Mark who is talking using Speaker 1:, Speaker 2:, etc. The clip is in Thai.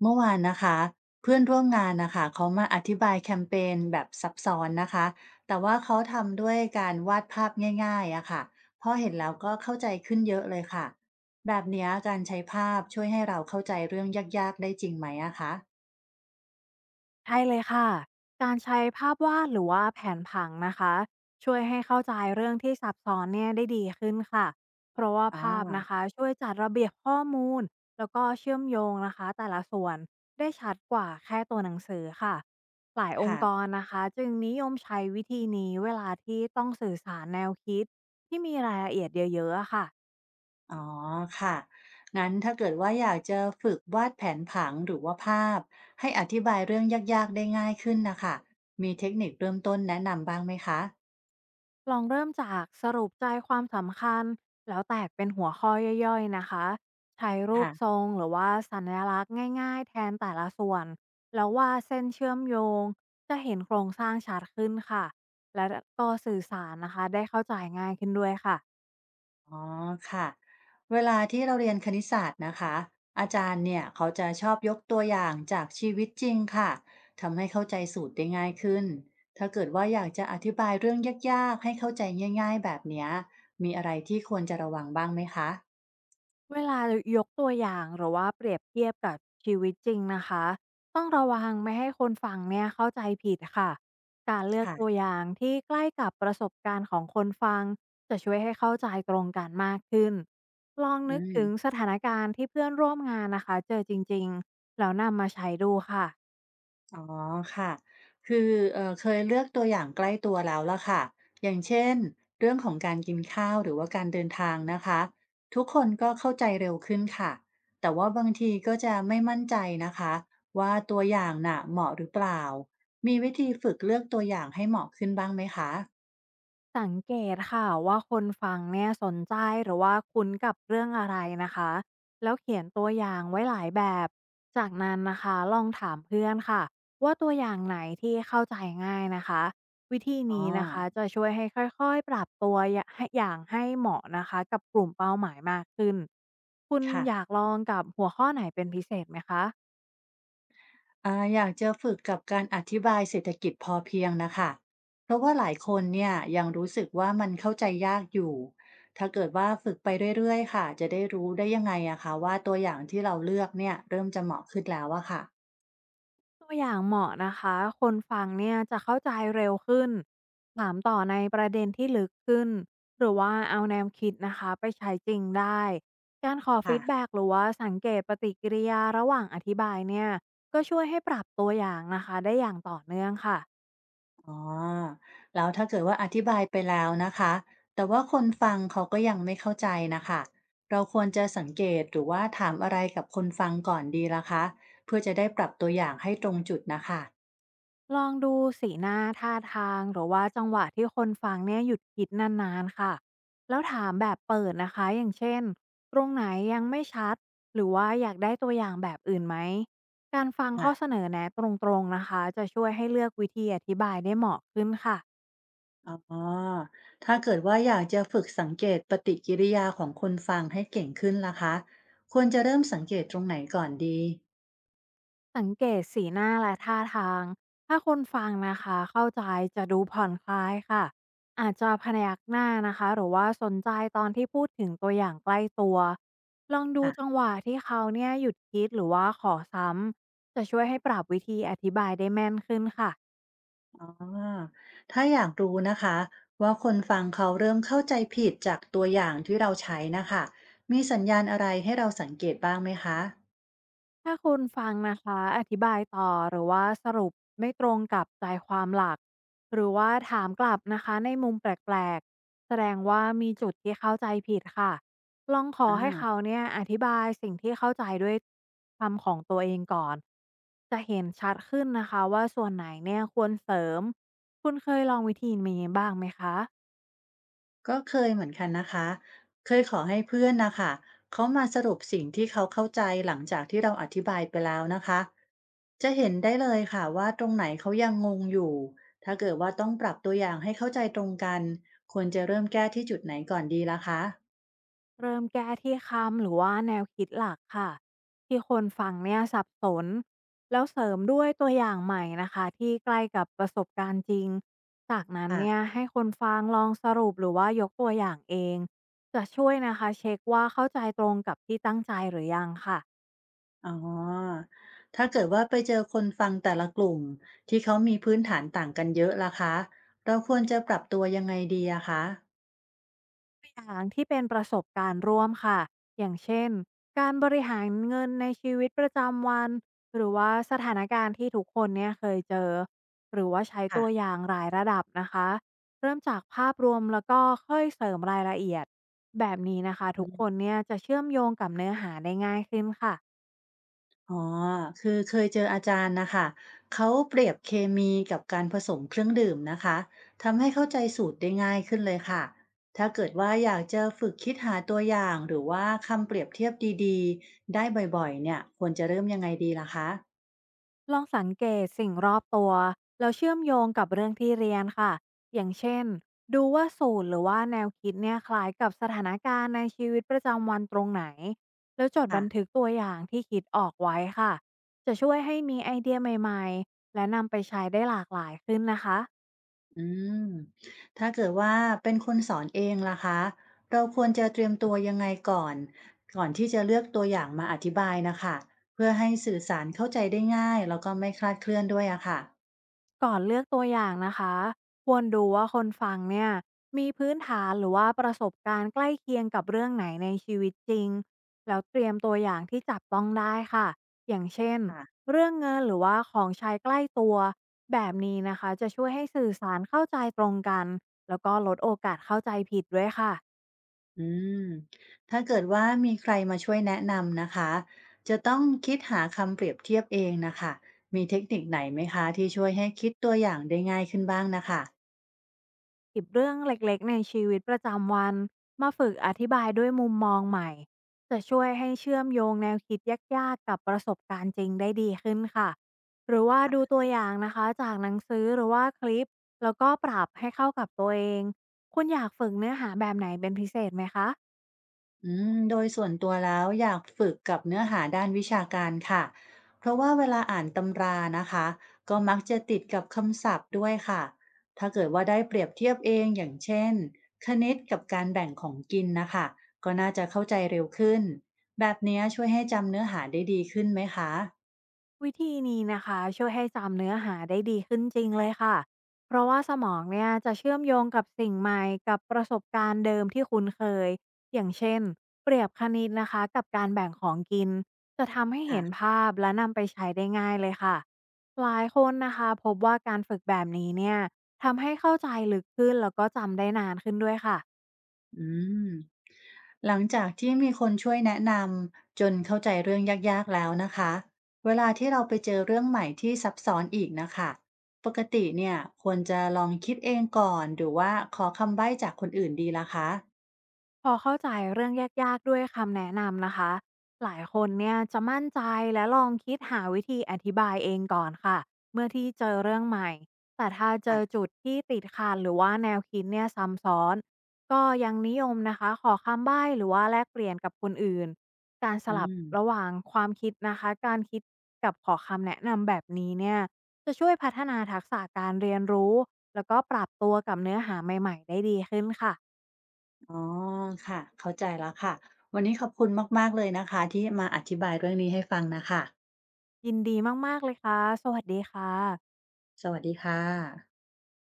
Speaker 1: เมื่อวานนะคะเพื่อนร่วมงานนะคะเขามาอธิบายแคมเปญแบบซับซ้อนนะคะแต่ว่าเขาทำด้วยการวาดภาพง่ายๆอะค่ะพอเห็นแล้วก็เข้าใจขึ้นเยอะเลยค่ะแบบเนี้ยการใช้ภาพช่วยให้เราเข้าใจเรื่องยากๆได้จริงไหมอะคะ
Speaker 2: ใช่เลยค่ะ การใช้ภาพวาดหรือว่าแผนผังนะคะช่วยให้เข้าใจเรื่องที่ซับซ้อนเนี่ยได้ดีขึ้นค่ะเพราะว่า
Speaker 1: อ๋อ
Speaker 2: ภาพนะคะช่วยจัดระเบียบข้อมูลแล้วก็เชื่อมโยงนะคะแต่ละส่วนได้ชัดกว่าแค่ตัวหนังสือค่ะหลายอง
Speaker 1: ค่ะ
Speaker 2: ค์กรนะคะจึงนิยมใช้วิธีนี้เวลาที่ต้องสื่อสารแนวคิดที่มีรายละเอียดเยอะๆอะค่ะ
Speaker 1: อ๋อค่ะงั้นถ้าเกิดว่าอยากจะฝึกวาดแผนผังหรือว่าภาพให้อธิบายเรื่องยากๆได้ง่ายขึ้นนะคะมีเทคนิคเริ่มต้นแนะนำบ้างไหมคะ
Speaker 2: ลองเริ่มจากสรุปใจความสำคัญแล้วแตกเป็นหัวข้อย่อยๆนะคะใช้รูปท
Speaker 1: ค่ะ
Speaker 2: รงหรือว่าสัญลักษณ์ง่ายๆแทนแต่ละส่วนแล้วว่าดเส้นเชื่อมโยงจะเห็นโครงสร้างชัดขึ้นค่ะและก็สื่อสารนะคะได้เข้าใจง่ายขึ้นด้วยค่ะ
Speaker 1: อ๋อค่ะเวลาที่เราเรียนคณิตศาสตร์นะคะอาจารย์เนี่ยเขาจะชอบยกตัวอย่างจากชีวิตจริงค่ะทำให้เข้าใจสูตรได้ง่ายขึ้นถ้าเกิดว่าอยากจะอธิบายเรื่องยากๆให้เข้าใจง่ายๆแบบเนี้ยมีอะไรที่ควรจะระวังบ้างไหมคะ
Speaker 2: เวลายกตัวอย่างหรือว่าเปรียบเทียบกับชีวิตจริงนะคะต้องระวังไม่ให้คนฟังเนี่ยเข้าใจผิดค่ะการเลือกตัว
Speaker 1: ค่ะ
Speaker 2: อย่างที่ใกล้กับประสบการณ์ของคนฟังจะช่วยให้เข้าใจตรงกันมากขึ้นลองนึ
Speaker 1: อื
Speaker 2: ก
Speaker 1: ม
Speaker 2: ถึงสถานการณ์ที่เพื่อนร่วมงานนะคะเจอจริงๆแล้วนำมาใช้ดูค่ะ
Speaker 1: อ๋อค่ะ คือเคยเลือกตัวอย่างใกล้ตัวแล้วล่ะค่ะ อย่างเช่นเรื่องของการกินข้าวหรือว่าการเดินทางนะคะ ทุกคนก็เข้าใจเร็วขึ้นค่ะ แต่ว่าบางทีก็จะไม่มั่นใจนะคะว่าตัวอย่างน่ะเหมาะหรือเปล่า มีวิธีฝึกเลือกตัวอย่างให้เหมาะขึ้นบ้างไหมคะ
Speaker 2: สังเกตค่ะว่าคนฟังเนี่ยสนใจหรือว่าคุ้นกับเรื่องอะไรนะคะแล้วเขียนตัวอย่างไว้หลายแบบจากนั้นนะคะลองถามเพื่อนค่ะว่าตัวอย่างไหนที่เข้าใจง่ายนะคะวิธี
Speaker 1: อ๋อ
Speaker 2: นี้นะคะจะช่วยให้ค่อยๆปรับตัวอย่าให้อย่างให้เหมาะนะคะกับกลุ่มเป้าหมายมากขึ้นคุณ
Speaker 1: ค่ะ
Speaker 2: อยากลองกับหัวข้อไหนเป็นพิเศษไหมคะ
Speaker 1: อ่าอยากจะฝึกกับการอธิบายเศรษฐกิจพอเพียงนะคะเพราะว่าหลายคนเนี่ยยังรู้สึกว่ามันเข้าใจยากอยู่ถ้าเกิดว่าฝึกไปเรื่อยๆค่ะจะได้รู้ได้ยังไงอะคะว่าตัวอย่างที่เราเลือกเนี่ยเริ่มจะเหมาะขึ้นแล้วอะค่ะ
Speaker 2: ตัวอย่างเหมาะนะคะคนฟังเนี่ยจะเข้าใจเร็วขึ้นถามต่อในประเด็นที่ลึกขึ้นหรือว่าเอาแนวคิดนะคะไปใช้จริงได้การขอ
Speaker 1: ค่ะ
Speaker 2: ฟีดแบ็กหรือว่าสังเกตปฏิกิริยาระหว่างอธิบายเนี่ยก็ช่วยให้ปรับตัวอย่างนะคะได้อย่างต่อเนื่องค่ะ
Speaker 1: อ๋อแล้วถ้าเกิดว่าอธิบายไปแล้วนะคะแต่ว่าคนฟังเขาก็ยังไม่เข้าใจนะคะเราควรจะสังเกตหรือว่าถามอะไรกับคนฟังก่อนดีล่ะคะเพื่อจะได้ปรับตัวอย่างให้ตรงจุดนะคะ
Speaker 2: ลองดูสีหน้าท่าทางหรือว่าจังหวะที่คนฟังเนี่ยหยุดคิดนานๆค่ะแล้วถามแบบเปิดนะคะอย่างเช่นตรงไหนยังไม่ชัดหรือว่าอยากได้ตัวอย่างแบบอื่นไหมการฟังข้อเส
Speaker 1: ค่ะ
Speaker 2: นอแนะตรงๆนะคะจะช่วยให้เลือกวิธีอธิบายได้เหมาะขึ้นค่ะ
Speaker 1: อ๋อถ้าเกิดว่าอยากจะฝึกสังเกตปฏิกิริยาของคนฟังให้เก่งขึ้นล่ะคะควรจะเริ่มสังเกตตรงไหนก่อนดี
Speaker 2: สังเกตสีหน้าและท่าทางถ้าคนฟังนะคะเข้าใจจะดูผ่อนคลายค่ะอาจจะพยักหน้านะคะหรือว่าสนใจตอนที่พูดถึงตัวอย่างใกล้ตัวลองดูจัง
Speaker 1: ค่ะ
Speaker 2: หวะที่เขาเนี่ยหยุดคิดหรือว่าขอซ้ำจะช่วยให้ปรับวิธีอธิบายได้แม่นขึ้นค่ะ
Speaker 1: อ๋อถ้าอยากรู้นะคะว่าคนฟังเขาเริ่มเข้าใจผิดจากตัวอย่างที่เราใช้นะคะมีสัญญาณอะไรให้เราสังเกตบ้างไหมคะ
Speaker 2: ถ้าคุณฟังนะคะอธิบายต่อหรือว่าสรุปไม่ตรงกับใจความหลักหรือว่าถามกลับนะคะในมุมแปลกๆแสดงว่ามีจุดที่เข้าใจผิดค่ะลองขอให้เขา
Speaker 1: อ่า
Speaker 2: เนี่ยอธิบายสิ่งที่เข้าใจด้วยคำของตัวเองก่อนจะเห็นชัดขึ้นนะคะว่าส่วนไหนเนี่ยควรเสริมคุณเคยลองวิธีนี้บ้างไหมคะ
Speaker 1: ก็เคยเหมือนกันนะคะเคยขอให้เพื่อนนะคะเขามาสรุปสิ่งที่เขาเข้าใจหลังจากที่เราอธิบายไปแล้วนะคะจะเห็นได้เลยค่ะว่าตรงไหนเขายังงงอยู่ถ้าเกิดว่าต้องปรับตัวอย่างให้เข้าใจตรงกันควรจะเริ่มแก้ที่จุดไหนก่อนดีล่ะคะ
Speaker 2: เริ่มแก้ที่คำหรือว่าแนวคิดหลักค่ะที่คนฟังเนี่ยสับสนแล้วเสริมด้วยตัวอย่างใหม่นะคะที่ใกล้กับประสบการณ์จริงจากนั้น
Speaker 1: ค่ะ
Speaker 2: เนี่ยให้คนฟังลองสรุปหรือว่ายกตัวอย่างเองจะช่วยนะคะเช็คว่าเข้าใจตรงกับที่ตั้งใจหรือยังค่ะ
Speaker 1: อ๋อถ้าเกิดว่าไปเจอคนฟังแต่ละกลุ่มที่เขามีพื้นฐานต่างกันเยอะล่ะคะเราควรจะปรับตัวยังไงดีอะคะ
Speaker 2: อย่างที่เป็นประสบการณ์ร่วมค่ะอย่างเช่นการบริหารเงินในชีวิตประจำวันหรือว่าสถานการณ์ที่ทุกคนเนี่ยเคยเจอหรือว่าใช้
Speaker 1: ค่ะ
Speaker 2: ตัวอย่างหลายระดับนะคะเริ่มจากภาพรวมแล้วก็ค่อยเสริมรายละเอียดแบบนี้นะคะทุกคนเนี่ยจะเชื่อมโยงกับเนื้อหาได้ง่ายขึ้นค่ะ
Speaker 1: อ๋อคือเคยเจออาจารย์นะคะเขาเปรียบเคมีกับการผสมเครื่องดื่มนะคะทำให้เข้าใจสูตรได้ง่ายขึ้นเลยค่ะถ้าเกิดว่าอยากจะฝึกคิดหาตัวอย่างหรือว่าคำเปรียบเทียบดีๆได้บ่อยๆเนี่ยควรจะเริ่มยังไงดีล่ะคะ
Speaker 2: ลองสังเกตสิ่งรอบตัวแล้วเชื่อมโยงกับเรื่องที่เรียนค่ะอย่างเช่นดูว่าสูตรหรือว่าแนวคิดเนี่ยคล้ายกับสถานการณ์ในชีวิตประจำวันตรงไหนแล้วจด
Speaker 1: ค่ะ
Speaker 2: บันทึกตัวอย่างที่คิดออกไว้ค่ะจะช่วยให้มีไอเดียใหม่ๆและนำไปใช้ได้หลากหลายขึ้นนะคะ
Speaker 1: อืมถ้าเกิดว่าเป็นคนสอนเองล่ะคะเราควรจะเตรียมตัวยังไงก่อนก่อนที่จะเลือกตัวอย่างมาอธิบายนะคะเพื่อให้สื่อสารเข้าใจได้ง่ายแล้วก็ไม่คลาดเคลื่อนด้วยอะค่ะ
Speaker 2: ก่อนเลือกตัวอย่างนะคะควรดูว่าคนฟังเนี่ยมีพื้นฐานหรือว่าประสบการณ์ใกล้เคียงกับเรื่องไหนในชีวิตจริงแล้วเตรียมตัวอย่างที่จับต้องได้ค่ะอย่างเช่นเรื่องเงินหรือว่าของใช้ใกล้ตัวแบบนี้นะคะจะช่วยให้สื่อสารเข้าใจตรงกันแล้วก็ลดโอกาสเข้าใจผิดด้วยค่ะ
Speaker 1: อืมถ้าเกิดว่ามีใครมาช่วยแนะนำนะคะจะต้องคิดหาคำเปรียบเทียบเองนะคะมีเทคนิคไหนไหมคะที่ช่วยให้คิดตัวอย่างได้ง่ายขึ้นบ้างนะคะ
Speaker 2: หยิบเรื่องเล็กๆในชีวิตประจำวันมาฝึกอธิบายด้วยมุมมองใหม่จะช่วยให้เชื่อมโยงแนวคิดยากๆกับประสบการณ์จริงได้ดีขึ้นค่ะหรือว่าดูตัวอย่างนะคะจากหนังสือหรือว่าคลิปแล้วก็ปรับให้เข้ากับตัวเองคุณอยากฝึกเนื้อหาแบบไหนเป็นพิเศษไหมคะ
Speaker 1: อืมโดยส่วนตัวแล้วอยากฝึกกับเนื้อหาด้านวิชาการค่ะ เพราะว่าเวลาอ่านตำรานะคะก็มักจะติดกับคำศัพท์ด้วยค่ะ ถ้าเกิดว่าได้เปรียบเทียบเองอย่างเช่นคณิตกับการแบ่งของกินนะคะก็น่าจะเข้าใจเร็วขึ้นแบบเนี้ยช่วยให้จำเนื้อหาได้ดีขึ้นไหมคะ
Speaker 2: วิธีนี้นะคะช่วยให้จำเนื้อหาได้ดีขึ้นจริงเลยค่ะเพราะว่าสมองเนี่ยจะเชื่อมโยงกับสิ่งใหม่กับประสบการณ์เดิมที่คุ้นเคยอย่างเช่นเปรียบคณิตนะคะกับการแบ่งของกินจะทำให้เห็น
Speaker 1: ค่ะ
Speaker 2: ภาพและนำไปใช้ได้ง่ายเลยค่ะหลายคนนะคะพบว่าการฝึกแบบนี้เนี่ยทำให้เข้าใจลึกขึ้นแล้วก็จำได้นานขึ้นด้วยค่ะ
Speaker 1: อืม หลังจากที่มีคนช่วยแนะนำจนเข้าใจเรื่องยากๆแล้วนะคะเวลาที่เราไปเจอเรื่องใหม่ที่ซับซ้อนอีกนะคะปกติเนี่ยควรจะลองคิดเองก่อนหรือว่าขอคำใบ้จากคนอื่นดีล่ะคะ
Speaker 2: พอเข้าใจเรื่องยากๆด้วยคำแนะนำนะคะหลายคนเนี่ยจะมั่นใจและลองคิดหาวิธีอธิบายเองก่อนค่ะเมื่อที่เจอเรื่องใหม่แต่ถ้าเจอ
Speaker 1: ค่ะ
Speaker 2: จุดที่ติดขัดหรือว่าแนวคิดเนี่ยซ้ำซ้อนก็ยังนิยมนะคะขอคำใบ้หรือว่าแลกเปลี่ยนกับคนอื่นการส
Speaker 1: อื
Speaker 2: ลับ
Speaker 1: ม
Speaker 2: ระหว่างความคิดนะคะการคิดกับขอคำแนะนำแบบนี้เนี่ยจะช่วยพัฒนาทักษะการเรียนรู้แล้วก็ปรับตัวกับเนื้อหาใหม่ๆได้ดีขึ้นค่ะ
Speaker 1: อ๋อค่ะเข้าใจแล้วค่ะวันนี้ขอบคุณมากๆเลยนะคะที่มาอธิบายเรื่องนี้ให้ฟังนะคะ
Speaker 2: ยินดีมากๆเลยค่ะ สวัสดีค่ะ
Speaker 1: สวัสดีค่ะ